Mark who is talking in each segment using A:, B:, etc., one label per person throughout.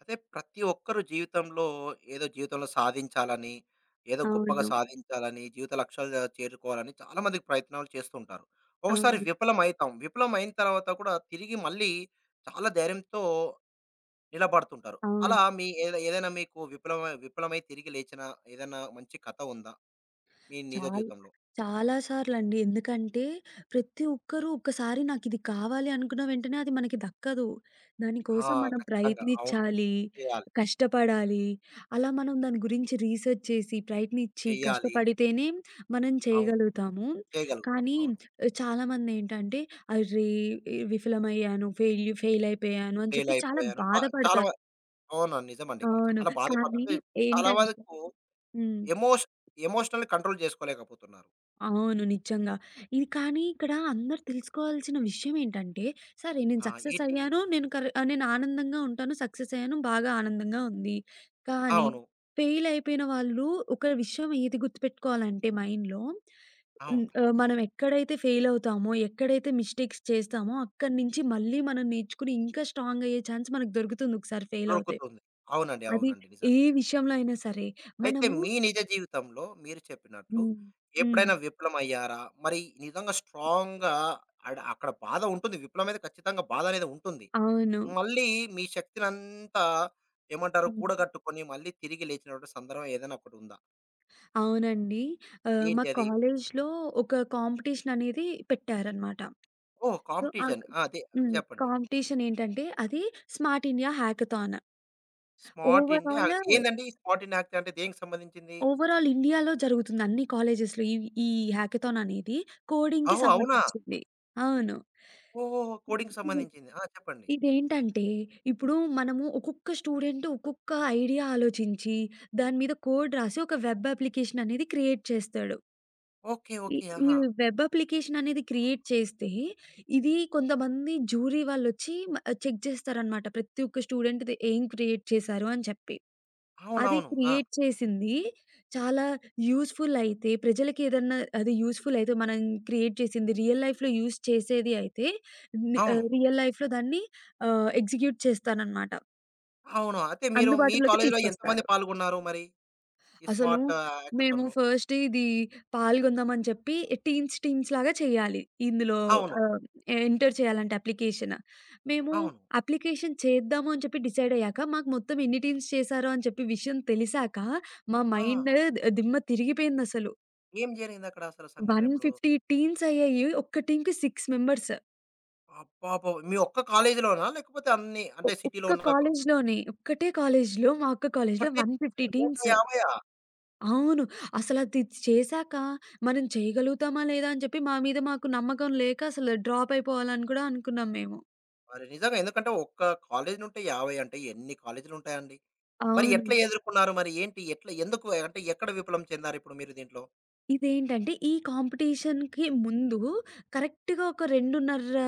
A: అయితే ప్రతి ఒక్కరు ఏదో జీవితంలో సాధించాలని, ఏదో గొప్పగా
B: అవును.
A: సాధించాలని, జీవిత లక్ష్యాలు చేరుకోవాలని చాలామంది ప్రయత్నాలు చేస్తుంటారు. ఒకసారి
B: అవును.
A: విఫలం అయితాం. విఫలం అయిన తర్వాత కూడా తిరిగి మళ్ళీ చాలా ధైర్యంతో నిలబడుతుంటారు. అలా
B: అవును.
A: మీ ఏదైనా మీకు విఫలమై విఫలమై తిరిగి లేచిన ఏదైనా మంచి కథ ఉందా? మీ నిజ
B: చాలా
A: జీవితంలో?
B: చాలా సార్లండి. ఎందుకంటే ప్రతి ఒక్కరు ఒక్కసారి నాకిది కావాలి అనుకున్న వెంటనే అది మనకి దక్కదు. దాని
A: ఆ!
B: కోసం మనం
A: ఖచ్చితంగా. అవును.
B: ప్రయత్నించాలి,
A: చేయాలి.
B: కష్టపడాలి. అలా మనం దాని గురించి రీసెర్చ్ చేసి, ప్రయత్నించి,
A: చెయ్యాలి.
B: కష్టపడితేనే మనం
A: అవును.
B: చేయగలుగుతాము.
A: చేయగలుగుతాం.
B: కానీ
A: అవును.
B: చాలామందేంటంటే, అర్రే! విఫలమయ్యాను, ఫెయిల్ అయిపోయాను అని
A: ఫెయిల్
B: చెప్పి చాలా
A: అయిపోయాను. బ చాలా వ
B: బాధపడతారు.
A: అవును. నిజమండి.
B: అవును.
A: చాలా బాధపడ్డాను.
B: కానీ
A: అంటే చాలా
B: ఏంటంటే,
A: వరకు
B: హ్మ్.
A: ఎమోష్ ఎమోషనల్‌ని కంట్రోల్ చేసుకోలేకపోతున్నారు.
B: అవును. నిజంగా. ఇది కానీ ఇక్కడ అందరూ తెలుసుకోవాల్సిన విషయం ఏంటంటే, సరే నేను
A: ఆ!
B: సక్సెస్
A: ఏంటి?
B: అయ్యాను. నేను ఆనందంగా ఉంటాను. సక్సెస్ అయ్యాను. బాగా ఆనందంగా ఉంది. కానీ
A: అవును.
B: ఫెయిల్ అయిపోయిన వాళ్ళు ఒక విషయం ఏది గుర్తుపెట్టుకోవాలంటే మైండ్‌లో, హ్మ్.
A: అవును.
B: మనం ఎక్కడైతే ఫెయిల్ అవుతామో, ఎక్కడైతే మిస్టేక్స్ చేస్తామో, అక్కడి నుంచి మళ్ళీ మనం నేర్చుకుని ఇంకా స్ట్రాంగ్ అయ్యే ఛాన్స్ మనకు దొరుకుతుంది ఒకసారి ఫెయిల్ అవుతే.
A: దొరుకుతుంది. అవునండి.
B: అది
A: అవునండి.
B: ఏ
A: నిజంగా.
B: విషయంలో అయినా సరే.
A: అయితే
B: మనము
A: మీ నిజ జీవితంలో మీరు చెప్పినట్లు
B: హ్మ్. హ్మ్.
A: ఎప్పుడైనా విఫలమయ్యారా? మరి నిజంగా స్ట్రాంగ్‌గా అక్కడ బాధ ఉంటుంది. విఫలమైతే ఖచ్చితంగా బాధ అనేది ఉంటుంది.
B: అవును.
A: మళ్ళీ మీ శక్తినంతా ఏమంటారు
B: హ్మ్.
A: కూడగట్టుకొని మళ్ళీ తిరిగి లేచినటువంటి సందర్భం ఏదైనా ఒకటి ఉందా?
B: అవునండి. మా
A: ఏంటి అది?
B: కాలేజ్‌లో ఒక కాంపిటీషన్ అనేది పెట్టారనమాట.
A: ఓహ్!
B: సో, ఆ క
A: కాంపిటీషన్. ఆ! అదే.
B: హ్మ్.
A: చెప్పండి.
B: కాంపిటీషన్ ఏంటంటే అది smart India hackathon.
A: Smart India.
B: Overall,
A: ఏందండి స్మార్ట్ ఇండియా హ్యాకథాన్ అంటే దేనికి సంబంధించింది?
B: ఓవరాల్ ఇండియాలో జరుగుతుంది అన్ని కాలేజెస్‌లో. ఈ ఈ హ్యాకథాన్ అనేది కోడింగ్‌కి
A: ఓహ్! అవునా?
B: సంబంధించింది. అవును.
A: ఓహోహో! కోడింగ్‌కి
B: ఇది
A: సంబంధించింది. ఆ! చెప్పండి.
B: ఇదేంటంటే ఇప్పుడు మనము ఒక్కొక్క స్టూడెంట్ ఒక్కొక్క ఐడియా ఆలోచించి దాని మీద కోడ్ రాసి ఒక వెబ్ అప్లికేషన్ అనేది క్రియేట్ చేస్తాడు.
A: ఓకే.
B: ఈ
A: ఓకే.
B: ఈ
A: ఆహా!
B: వెబ్ అప్లికేషన్ అనేది క్రియేట్ చేస్తే, ఇది కొంతమంది జ్యూరీ వాళ్ళొచ్చి చెక్ చేస్తారనమాట. ప్రతి ఒక్క స్టూడెంట్‌ది ఏం క్రియేట్ చేశారు అని చెప్పి. అది
A: అవునవును. ఆ!
B: క్రియేట్ చేసింది చాలా యూజ్‌ఫుల్ అయితే, ప్రజలకి ఏదన్నా అది యూజ్‌ఫుల్ అయితే మనం క్రియేట్ చేసింది రియల్ లైఫ్‌లో యూజ్ చేసేది అయితే
A: అవును.
B: రియల్ లైఫ్‌లో దాన్ని ఎగ్జిక్యూట్ చేస్తారనమాట.
A: అవును. అయితే మీరు మీ
B: అందుబాటులోకి
A: కాలేజీలో ఎంతమంది
B: తీసుకొస్తారు.
A: పాల్గొన్నారు మరి? ఈ
B: అసలు
A: స్మార్ట్
B: మేము
A: హ్యాకథాన్‌లో?
B: ఫస్ట్ ఇది పాల్గొందామని చెప్పి టీమ్స్ టీమ్స్ లాగా చేయాలి. ఇందులో
A: అవును.
B: ఆహ్, ఎంటర్ చేయాలంటే అప్లికేషన్. మేము
A: అవును.
B: అప్లికేషన్ చేద్దాము అని చెప్పి డిసైడ్ అయ్యాక మాకు మొత్తం ఎన్ని టీమ్స్ చేశారో అని చెప్పి విషయం తెలిసాక మా
A: ఆ!
B: మైండ్ దిమ్మ తిరిగిపోయిందసలు.
A: ఏం జరిగిందక్కడ అసలు సంఘటన ఇప్పుడు?
B: 150 టీమ్స్ అయ్యాయి. ఒక్క టీమ్‌కి 6 మెంబర్స్.
A: అబ్బబ్బో! మీ ఒక్క కాలేజీలోనా? లేకపోతే అన్ని
B: ఒ
A: అంటే సిటీలో
B: ఒక్క
A: ఉన్న
B: కాలేజ్‌లోనే ఒక్కటే కాలేజ్‌లో మా అక్క కాలేజ్‌లో
A: ఒక్కటే
B: 150 టీమ్స్.
A: 150ఆ?
B: అవును. అసలది చేశాక మనం చేయగలుగుతామా లేదా అని చెప్పి మా మీద మాకు నమ్మకం లేక అసలు డ్రాప్ అయిపోవాలని కూడా అనుకున్నాం మేము.
A: మరి నిజంగా ఎందుకంటే ఒక్క కాలేజీ నుంటే 50 అంటే ఎన్ని కాలేజీలు ఉంటాయండి? మరి ఎట్లా
B: అవును.
A: ఎదుర్కొన్నారు? మరి ఏంటి? ఎట్లా ఎందుకు అంటే ఎక్కడ విఫలం చెందారిప్పుడు మీరు దీంట్లో?
B: ఇదేంటంటే, ఈ కాంపిటీషన్‌కి ముందు కరెక్ట్‌గా ఒక 2:30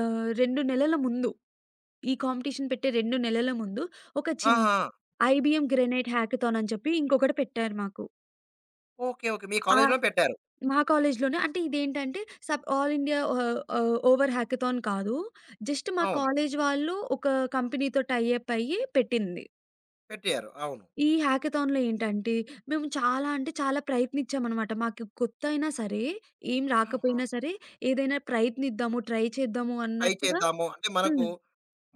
B: 2 నెలల ముందు, ఈ కాంపిటీషన్ పెట్టే 2 నెలల ముందు ఒక చిన్న
A: ఆహా!
B: ఐబీఎం గ్రెనేట్ హ్యాకథాన్ అని చెప్పి ఇంకొకటి పెట్టారు మాకు.
A: ఓకే. ఓకే. మీ
B: ఆ
A: కాలేజ్‌లో పెట్టారు.
B: మా కాలేజ్‌లోనే, అంటే ఇదేంటంటే సబ్ ఆల్ ఇండియా ఆహ్, ఆహ్, ఓవర్ హ్యాకథాన్ కాదు. జస్ట్ మా
A: అవును.
B: కాలేజ్ వాళ్ళు ఒక కంపెనీతో టై అప్ అయ్యి పెట్టింది.
A: పెట్టారు. అవును.
B: ఈ హ్యాకథాన్‌లో ఏంటంటే, మేము చాలా అంటే చాలా ప్రయత్నించామనమాట. మాకు కొత్త అయినా సరే, ఏం
A: అవును.
B: రాకపోయినా సరే, ఏదైనా ప్రయత్నిద్దాము, ట్రై చేద్దాము
A: ట్రై
B: అన్నట్టుగా.
A: చేద్దాము. అంటే మనకు,
B: హ్మ్.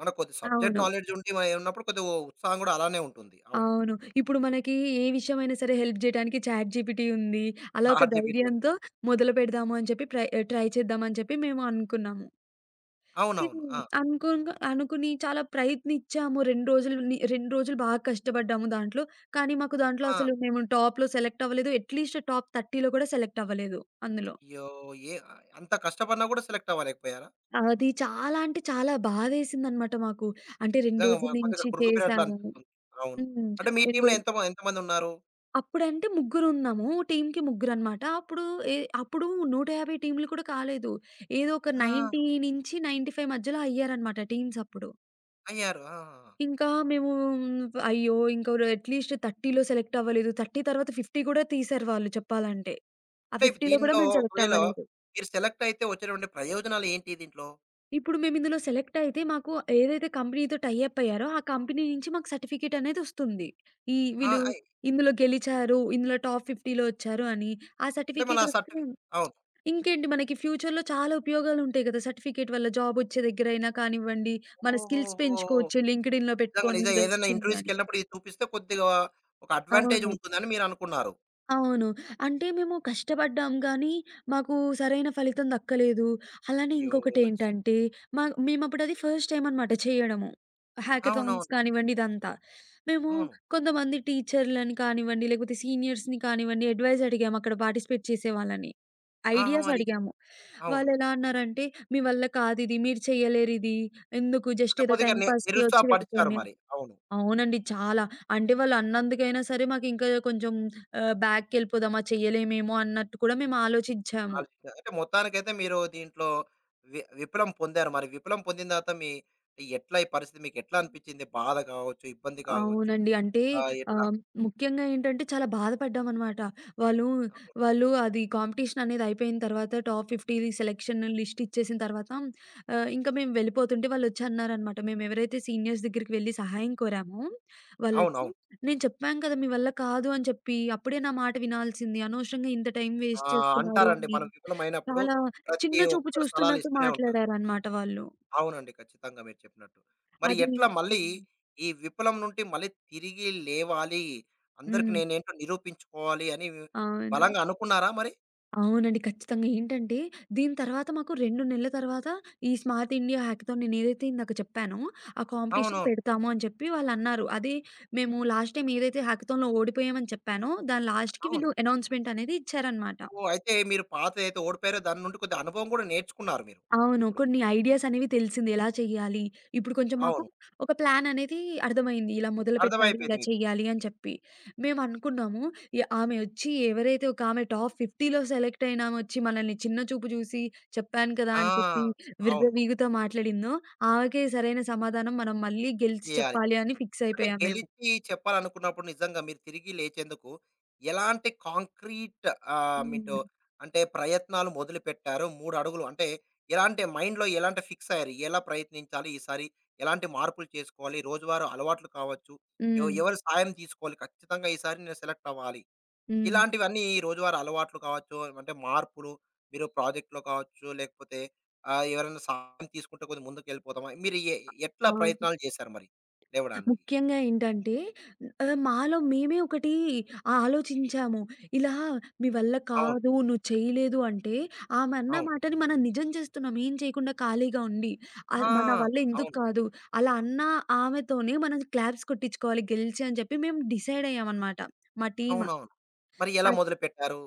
A: మనకు కొద్ది సబ్జెక్ట్
B: అవును.
A: నాలెడ్జ్ ఉండి మ ఉన్నప్పుడు కొద్దిగా ఉత్సాహం గూడా అలానే ఉంటుంది. అవును.
B: అవును. ఇప్పుడు మనకి ఏ విషయమైనా సరే హెల్ప్ జేయడానికి చాట్ జీపీటీ ఉంది. అలా ఒక
A: చాట్‌జీపీటీ ఉంది.
B: ధైర్యంతో మొదలుపెడదాము అని చెప్పి ట్రై చేద్దామని చెప్పి మేము అనుకున్నాము. ఇది
A: అవునవును. ఆ!
B: అనుకోంగా అనుకుని చాలా ప్రయత్నిచ్చాము. 2 రోజులు బాగా కష్టపడ్డాము దాంట్లో. కానీ మాకు దాంట్లో
A: ఆ!
B: అసలు మేము టాప్‌లో సెలెక్ట్ అవ్వలేదు. అట్‌లీస్ట్ టాప్ 30లో కూడా సెలెక్ట్ అవ్వలేదు అందులో.
A: అయ్యో! ఏ? అంత కష్టపడినా గూడా సెలెక్ట్ అవ్వలేకపోయారా?
B: అది చాలా అంటే చాలా బాధేసిందనమాట మాకు. అంటే 2
A: నిజంగా
B: రోజుల
A: కొద్దిగా
B: నుంచి
A: కృంగిపోయినట్లు
B: చేశాము.
A: అనిపిస్తుంది. అవును.
B: హ్మ్.
A: అంటే మీ
B: 2
A: టీమ్‌లో
B: రోజు
A: ఎంతమందున్నారు?
B: అప్పుడంటే ముగ్గురున్నాము. టీమ్‌కి ముగ్గురనమాట. అప్పుడు 150 టీమ్‌లు కూడా కాలేదు. ఏదో ఒక
A: ఆ!
B: 90 నుంచి 95 మధ్యలో అయ్యారనమాట టీమ్స్ అప్పుడు.
A: అయ్యారు. ఆ!
B: ఇంకా మేము అయ్యో! ఇంకో రో అట్‌లీస్ట్ 30లో సెలెక్ట్ అవ్వలేదు. 30 తర్వాత 50 కూడా తీశారు వాళ్ళు చెప్పాలంటే. ఆ
A: అంటే ఇప్పుడు
B: 50లో కూడా
A: దీనిలో
B: మేము సెలెక్ట్
A: ఒకవేళ
B: అవ్వలేదు.
A: మీరు సెలెక్ట్ అయితే వచ్చేటువంటి ప్రయోజనాలు ఏంటి దీంట్లో?
B: ఇప్పుడు మేము ఇందులో సెలెక్ట్ అయితే మాకు ఏదైతే కంపెనీతో టై అప్ అయ్యారో, ఆ కంపెనీ నుంచి మాకు సర్టిఫికేట్ అనేదొస్తుంది. ఈ
A: ఆ!
B: వీళ్ళు ఇందులో గెలిచారు, ఇందులో టాప్ 50లో వచ్చారు అని. ఆ
A: అంటే మన
B: సర్టిఫికేట్ వస్తే
A: అవును.
B: ఇంకేంటి, మనకి ఫ్యూచర్‌లో చాలా ఉపయోగాలుంటాయి కదా! సర్టిఫికేట్ వల్ల జాబ్ వచ్చే దగ్గరైనా కానివ్వండి, మన స్కిల్స్
A: ఓహోహో!
B: పెంచుకోవచ్చు. లింక్డ్ఇన్‌లో
A: నిజంగా
B: పెట్టుకొని
A: నిజం.
B: ఇది
A: ఏదైనా
B: వచ్చిందని.
A: ఇంటర్వ్యూస్‌కెళ్ళినప్పుడు ఇది చూపిస్తే కొద్దిగా ఒక అడ్వాంటేజ్
B: అవును.
A: ఉంటుందని మీరనుకున్నారు.
B: అవును. అంటే మేము కష్టపడ్డాం గానీ, మాకు సరైన ఫలితం దక్కలేదు. అలానే
A: అయ్యో!
B: ఇంకొకటేంటంటే, మేమప్పుడది ఫస్ట్ టైమ్ అనమాట చేయడము. హ్యాకథాన్స్
A: అవునవును.
B: కానివ్వండి ఇదంతా. మేము
A: అవును.
B: కొంతమంది టీచర్‌లని కానివ్వండి, లేకపోతే సీనియర్స్‌ని కానివ్వండి, అడ్వైజ్ అడిగాము అక్కడ పార్టిసిపేట్ చేసే వాళ్ళని.
A: ఆ!
B: ఐడియాస్
A: మరి?
B: అడిగాము.
A: అవును.
B: వాళ్ళెలా అన్నారంటే, "మీ వల్ల కాదిది. మీరు చెయ్యలేరిది. ఎందుకు
A: అంటే
B: జస్ట్ ఏదో
A: కొద్దిగా
B: టైమ్ పాస్‌కి వచ్చి
A: నిరుత్సాహపరిచారు
B: వెళ్ళిపోండి."
A: మరి. అవును.
B: అవునండి. చాలా. అంటే వాళ్ళు అన్నందుకైనా సరే మాకింకా కొంచెం బ్యాక్‌కెళ్ళిపోదామా, చెయ్యలేమేమో అన్నట్టు కూడా మేము ఆలోచించాము.
A: అంటే మొత్తానికైతే మీరు దీంట్లో విఫలం పొందారు. మరి విఫలం పొందిన తర్వాత మీ ఎట్లా? ఈ పరిస్థితి మీకెట్లా అనిపిచ్చింది? బాధ కావచ్చు, ఇబ్బంది కావచ్చు.
B: అవునండి. అంటే
A: ఎట్లా?
B: ఆహ్, ముఖ్యంగా ఏంటంటే, చాలా బాధపడ్డామనమాట. వాళ్ళు, వాళ్ళు అది కాంపిటీషన్ అనేది అయిపోయిన తర్వాత టాప్ 50 సెలక్షన్ లిస్ట్ ఇచ్చేసిన తర్వాత ఇంకా మేము వెళ్ళిపోతుంటే వాళ్ళొచ్చి అన్నారనమాట. మేము ఎవరైతే సీనియర్స్ దగ్గరికి వెళ్లి సహాయం కోరామో వాళ్ళొచ్చి,
A: అవునవును.
B: "నేను చెప్పాను కదా! మీ వల్ల కాదు అని చెప్పి. అప్పుడే నా మాట వినాల్సింది. అనవసరంగా ఇంత టైం
A: ఆ!
B: వేస్ట్ చేసుకున్నారు"
A: అంటారండి.
B: అని
A: మనం విఫలమైనప్పుడు
B: చాలా
A: ప్రతి
B: చిన్న చూపు
A: ఒక్కరు సలహాలు
B: చూస్తున్నట్టు
A: ఇస్తూనే ఉంటారు.
B: మాట్లాడారనమాట వాళ్ళు.
A: అవునండి. ఖచ్చితంగా మీరు చెప్పినట్టు. మరి
B: అది
A: ఎట్లా మళ్ళీ
B: హ్మ్.
A: ఈ విఫలం నుండి మళ్ళీ తిరిగి లేవాలి, అందరికి
B: హ్మ్.
A: నేనేంటో నిరూపించుకోవాలి అని
B: అవును.
A: బలంగా అనుకున్నారా మరి?
B: అవునండి. ఖచ్చితంగా. ఏంటంటే, దీని తర్వాత మాకు 2 నెలల తర్వాత ఈ స్మార్ట్ ఇండియా హ్యాకథాన్ నేనేదైతే ఇందాక చెప్పానో, ఆ కాంపిటీషన్
A: అవునవును.
B: పెడతాము అని చెప్పి వాళ్ళన్నారు. అదే మేము లాస్ట్ టైమ్ ఏదైతే హ్యాకథాన్‌లో ఓడిపోయామని చెప్పానో, దాని లాస్ట్‌కి
A: అవును.
B: వీళ్ళు అనౌన్స్‌మెంట్ అనేది ఇచ్చారనమాట.
A: ఓహ్! అయితే మీరు పాతదైతే ఓడిపోయారో దాని నుండి కొద్దిగా అనుభవం కూడా నేర్చుకున్నారు మీరు
B: అవును.
A: ఇప్పుడు.
B: కొన్ని ఐడియాస్ అనేవి తెలిసింది. ఎలా చెయ్యాలి? ఇప్పుడు కొంచెం మాకు
A: అవును.
B: ఒక ప్లాన్ అనేది అర్థమైంది. ఇలా మొదలుపెట్టాలి,
A: అర్థమైపోయింది
B: ఇలా
A: మీకు.
B: చెయ్యాలి అని చెప్పి. మేమనుకున్నాము ఆమె వచ్చి, ఎవరైతే ఒక ఆమె టాప్ 50లో సెలెక్ట్ అయిన ఆమె వచ్చి మనల్ని చిన్న చూపు చూసి "చెప్పాను కదా!"
A: ఆ!
B: అని చెప్పి
A: అవును.
B: విర్రవీగుతా మాట్లాడిందో, ఆమెకే సరైన సమాధానం మనం మళ్ళీ గెలిచి
A: చేయాలి.
B: చెప్పాలి అని ఫిక్స్
A: అంటే
B: అయిపోయాం మేము.
A: గెలిచి చెప్పాలనుకున్నప్పుడు నిజంగా మీరు తిరిగి లేచేందుకు ఎలాంటి కాంక్రీట్ ఆహ్, మీటో
B: హ్మ్.
A: అంటే ప్రయత్నాలు మొదలుపెట్టారు? 3 అడుగులు అంటే ఎలాంటి మైండ్‌లో ఎలాంటి ఫిక్స్ అయ్యారు? ఎలా ప్రయత్నించాలి ఈసారి? ఎలాంటి మార్పులు చేసుకోవాలి? రోజువారీ అలవాట్లు కావచ్చు,
B: హ్మ్.
A: ఎవరి సాయం తీసుకోవాలి? ఖచ్చితంగా ఈసారి నేను సెలెక్ట్ అవ్వాలి.
B: హ్మ్.
A: ఇలాంటివన్నీ రోజువారీ అలవాట్లు కావచ్చు, అంటే మార్పులు మీరు ప్రాజెక్ట్‌లో కావచ్చు, లేకపోతే ఎవరైనా సాయం తీసుకుంటే కొద్దిగా ముందుకెళ్ళిపోతామా? మీరు ఎట్లా
B: అవును.
A: ప్రయత్నాలు చేశారు మరి లేవడానికి?
B: ముఖ్యంగా ఏంటంటే, మాలో మేమే ఒకటి ఆలోచించాము. ఇలా "మీ వల్ల
A: అవును.
B: కాదు, నువ్వు చేయలేదు" అంటే ఆమె అన్న
A: అవును.
B: మాటని మనం నిజం చేస్తున్నాం, ఏం చేయకుండా ఖాళీగా ఉండి.
A: ఆ!
B: మన వల్ల ఎందుకు
A: అవును.
B: కాదు, అలా అన్న ఆమెతోనే మనం క్లాప్స్ కొట్టించుకోవాలి గెలిచి అని చెప్పి మేము డిసైడ్ అయ్యామనమాట, మా టీమ్.
A: అవునవును. మరి ఎలా మొదలుపెట్టారు?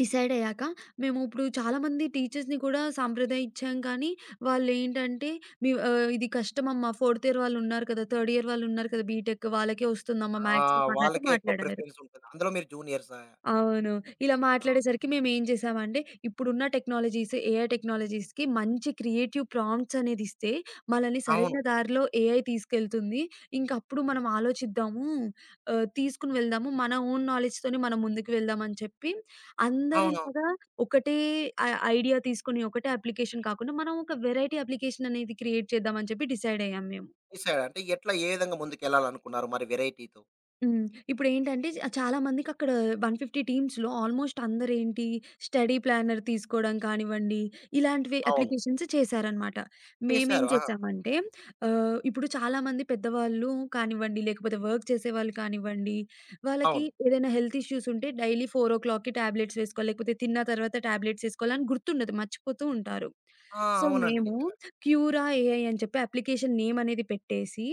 B: డిసైడ్ అయ్యాక మేము ఇప్పుడు చాలామంది టీచర్స్‌ని కూడా సాంప్రదాయించాం కానీ, వాళ్ళేంటంటే, "మీ ఇది కష్టమమ్మా, ఫోర్త్ ఇయర్ వాళ్ళున్నారు కదా! థర్డ్ ఇయర్ వాళ్ళున్నారు కదా! బీటెక్ వాళ్ళకే వస్తుందమ్మా
A: ఆహ్,
B: మాక్సిమం" అన్నట్టు
A: వాళ్ళకే ఎక్కువ
B: మాట్లాడారు.
A: ప్రిఫరెన్స్ ఉంటుంది. అందులో మీరు జూనియర్సా?
B: అవును. ఇలా
A: అవును.
B: మాట్లాడేసరికి మేమేం చేసామంటే, ఇప్పుడున్న టెక్నాలజీస్, ఏఐ టెక్నాలజీస్‌కి మంచి క్రియేటివ్ ప్రాంప్ట్స్ అనేదిస్తే, మనల్ని
A: అవును.
B: సరైన దారిలో ఏఐ తీసుకెళ్తుంది. ఇంకప్పుడు మనం ఆలోచిద్దాము, తీసుకొని వెళ్దాము. మన ఓన్ నాలెడ్జ్‌తోనే మనం ముందుకు వెళ్దామని చెప్పి,
A: అవునవును.
B: అందరిలాగా ఒకటే ఐ ఐడియా తీసుకొని, ఒకటే అప్లికేషన్ కాకుండా, మనం ఒక వెరైటీ అప్లికేషన్ అనేది క్రియేట్ చేద్దామని చెప్పి డిసైడ్ అయ్యాం మేము.
A: చేశారు. అంటే ఎట్లా ఏ విధంగా ముందుకెళ్ళాలనుకున్నారు మరి వెరైటీ‌తో?
B: హ్మ్. ఇప్పుడేంటంటే చాలామందికక్కడ, 150 టీమ్స్‌లో ఆల్‌మోస్ట్ అందరేంటి, స్టడీ ప్లానర్ తీసుకోవడం కానివ్వండి, ఇలాంటివి
A: అవును.
B: అప్లికేషన్స్ చేశారనమాట. మేమేం
A: చేశారు. ఆ!
B: చేసామంటే, ఇప్పుడు చాలామంది పెద్దవాళ్ళు కానివ్వండి, లేకపోతే వర్క్ చేసేవాళ్ళు కానివ్వండి, వాళ్ళకి
A: అవును.
B: ఏదైనా హెల్త్ ఇష్యూస్ ఉంటే డైలీ 4:00కి టాబ్లెట్స్ వేసుకోవాలి, లేకపోతే తిన్న తర్వాత టాబ్లెట్స్ వేసుకోవాలి అని గుర్తుండదు. మర్చిపోతూ ఉంటారు.
A: ఆ!
B: సో,
A: అవునండి.
B: మేము
A: నిజంగా.
B: క్యూరా ఏఐ అని చెప్పి అప్లికేషన్ నేమ్ అనేది పెట్టేసి,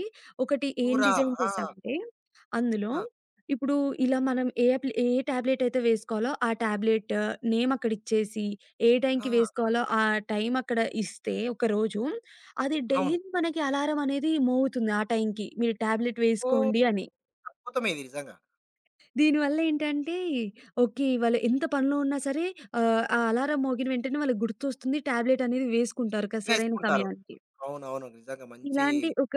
B: ఒకటి ఏం
A: కూర.
B: డిజైన్
A: ఆ!
B: చేసామంటే, అందులో
A: ఆ!
B: ఇప్పుడు ఇలా మనం ఏ టాబ్లెట్ అయితే వేసుకోవాలో ఆ టాబ్లెట్ నేమ్ అక్కడ ఇచ్చేసి, ఏ టైంకి
A: ఆ!
B: వేసుకోవాలో ఆ టైం అక్కడ ఇస్తే ఒకరోజు, అది
A: అవును.
B: డైలీ మనకి అలారం అనేది మోగుతుంది ఆ టైంకి, మీరు టాబ్లెట్
A: ఓహ్!
B: వేసుకోండి అని.
A: అద్భుతమే ఇది నిజంగా.
B: దీనివల్ల ఏంటంటే, ఓకే, ఇవాళ ఎంత పనిలో ఉన్నా సరే ఆ అలారం మోగిన వెంటనే వాళ్ళకి గుర్తొస్తుంది. టాబ్లెట్ అనేది వేసుకుంటారు కదా సరైన
A: వేసుకుంటారు.
B: సమయానికి!
A: అవునవును. నిజంగా మంచి.
B: ఇలాంటి ఒక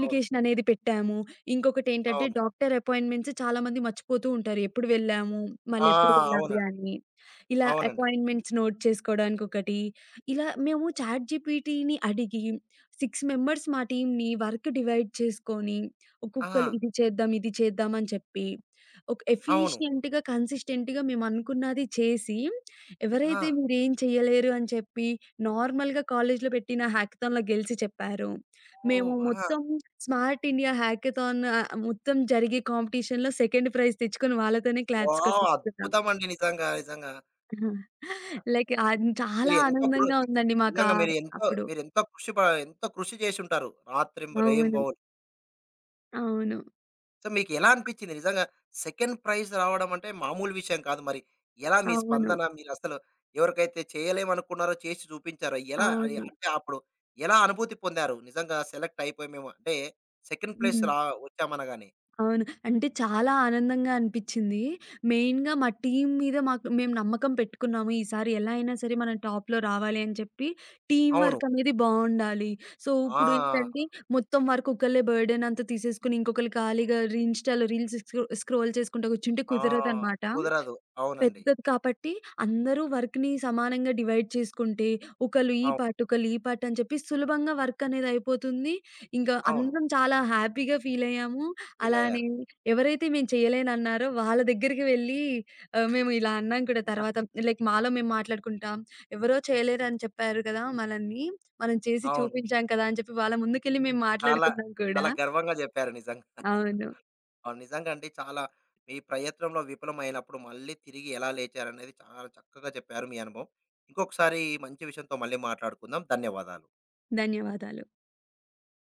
A: అవును.
B: అనేది పెట్టాము. ఇంకొకటేంటంటే
A: అవును.
B: డాక్టర్ అపాయింట్మెంట్స్ చాలామంది మర్చిపోతూ ఉంటారు, ఎప్పుడు వెళ్ళాము,
A: ఆ!
B: మళ్ళెప్పుడు వెళ్ళాలి
A: అవునండి.
B: అని. ఇలా
A: అవునండి.
B: అపాయింట్మెంట్స్ నోట్ చేసుకోవడానికొకటి. ఇలా మేము చాట్ జీపీటీని అడిగి 6 మెంబర్స్ మా టీమ్‌ని వర్క్ డివైడ్ చేసుకొని, ఒక్కొక్కళ్ళు
A: ఆ!
B: ఇది చేద్దాం, ఇది చేద్దాం అని చెప్పి, ఒక
A: అవును.
B: ఎఫిషియెంట్‌గా, కన్సిస్టెంట్‌గా మేమనుకున్నది చేసి,
A: ఆ!
B: ఎవరైతే మీరేం చేయలేరు అని చెప్పి నార్మల్‌గా కాలేజ్‌లో పెట్టిన హ్యాకథాన్‌లో గెలిచి చెప్పారో, మేము
A: ఓహ్! ఆ!
B: మొత్తం స్మార్ట్ ఇండియా హ్యాకథాన్, మొత్తం జరిగే కాంపిటీషన్‌లో సెకండ్ ప్రైజ్ తెచ్చుకొని వాళ్ళతోనే క్లాప్స్
A: వావ్!
B: కొట్టించుకున్నాము.
A: అద్భుతమండి నిజంగా. నిజంగా.
B: లైక్, చాలా
A: మీరు ఎంతో కృ
B: ఆనందంగా ఉందండి మాకా
A: నిజంగా మీరు
B: అప్పుడు.
A: ఎంతో కృషి చేసుంటారు. రాత్రిం
B: అవును.
A: రెయిన్‌బోలు.
B: అవును.
A: సో, మీకెలా అనిపిచ్చింది? నిజంగా సెకండ్ ప్రైజ్ రావడం అంటే మామూలు విషయం కాదు మరి. ఎలా మీ
B: అవును.
A: స్పందన? మీరసలు ఎవరికైతే చేయలేమనుకున్నారో చేసి చూపించారు. ఎలా అది
B: అవును.
A: అంటే అప్పుడు ఎలా అనుభూతి పొందారు? నిజంగా సెలెక్ట్ అయిపోయి మేము అంటే సెకండ్ ప్లేస్
B: హ్మ్.
A: వచ్చామనగానే.
B: అవును. అంటే చాలా ఆనందంగా అనిపిచ్చింది. మెయిన్‌గా మా టీమ్ మీద మాకు మేము నమ్మకం పెట్టుకున్నాము. ఈసారి ఎలా అయినా సరే మనం టాప్‌లో రావాలి అని చెప్పి టీమ్
A: అవును.
B: వర్క్ అనేది బావుండాలి. సో, ఇప్పుడు
A: ఆ!
B: ఏంటంటే, మొత్తం వర్క్ ఒకళ్ళే బర్డెన్ అంతా తీసేసుకొని ఇంకొకళ్ళు ఖాళీగా ఇన్‌స్టాలో రీల్స్ స్క్రోల్ చేసుకుంటా కూర్చుంటే
A: ఆ!
B: కుదరదనమాట.
A: కుదరదు. అవునండి.
B: పెద్దది కాబట్టి అందరూ వర్క్‌ని సమానంగా డివైడ్ చేసుకుంటే, ఒకళ్ళు ఈ
A: అవును.
B: పార్ట్, ఒకళ్ళు ఈ పార్ట్ అని చెప్పి సులభంగా వర్క్ అనేది అయిపోతుంది. ఇంకా
A: అవును.
B: అందరం చాలా హ్యాపీగా ఫీల్ అయ్యాము. అలానే
A: ఫీలయ్యారు.
B: ఎవరైతే మేము చేయలేనన్నారో వాళ్ళ దగ్గరికి వెళ్ళి, మేము ఇలా అన్నాం కూడా తర్వాత. లైక్, మాలో మేము మాట్లాడుకుంటాం, ఎవరో చేయలేరని చెప్పారు కదా మనల్ని, మనం చేసి
A: అవును.
B: చూపించాం కదా అని చెప్పి వాళ్ళ ముందుకెళ్ళి మేము
A: చాలా,
B: మాట్లాడుకున్నాం కూడా.
A: చాలా గర్వంగా జెప్పారు నిజంగా.
B: అవును.
A: అవును. నిజంగా అండి. చాలా మీ ప్రయత్నంలో విఫలమైనప్పుడు మళ్ళీ తిరిగి ఎలా లేచారనేది చాలా చక్కగా చెప్పారు మీ అనుభవం. ఇంకొకసారి ఈ మంచి విషయంతో మళ్ళీ మాట్లాడుకుందాం. ధన్యవాదాలు.
B: ధన్యవాదాలు.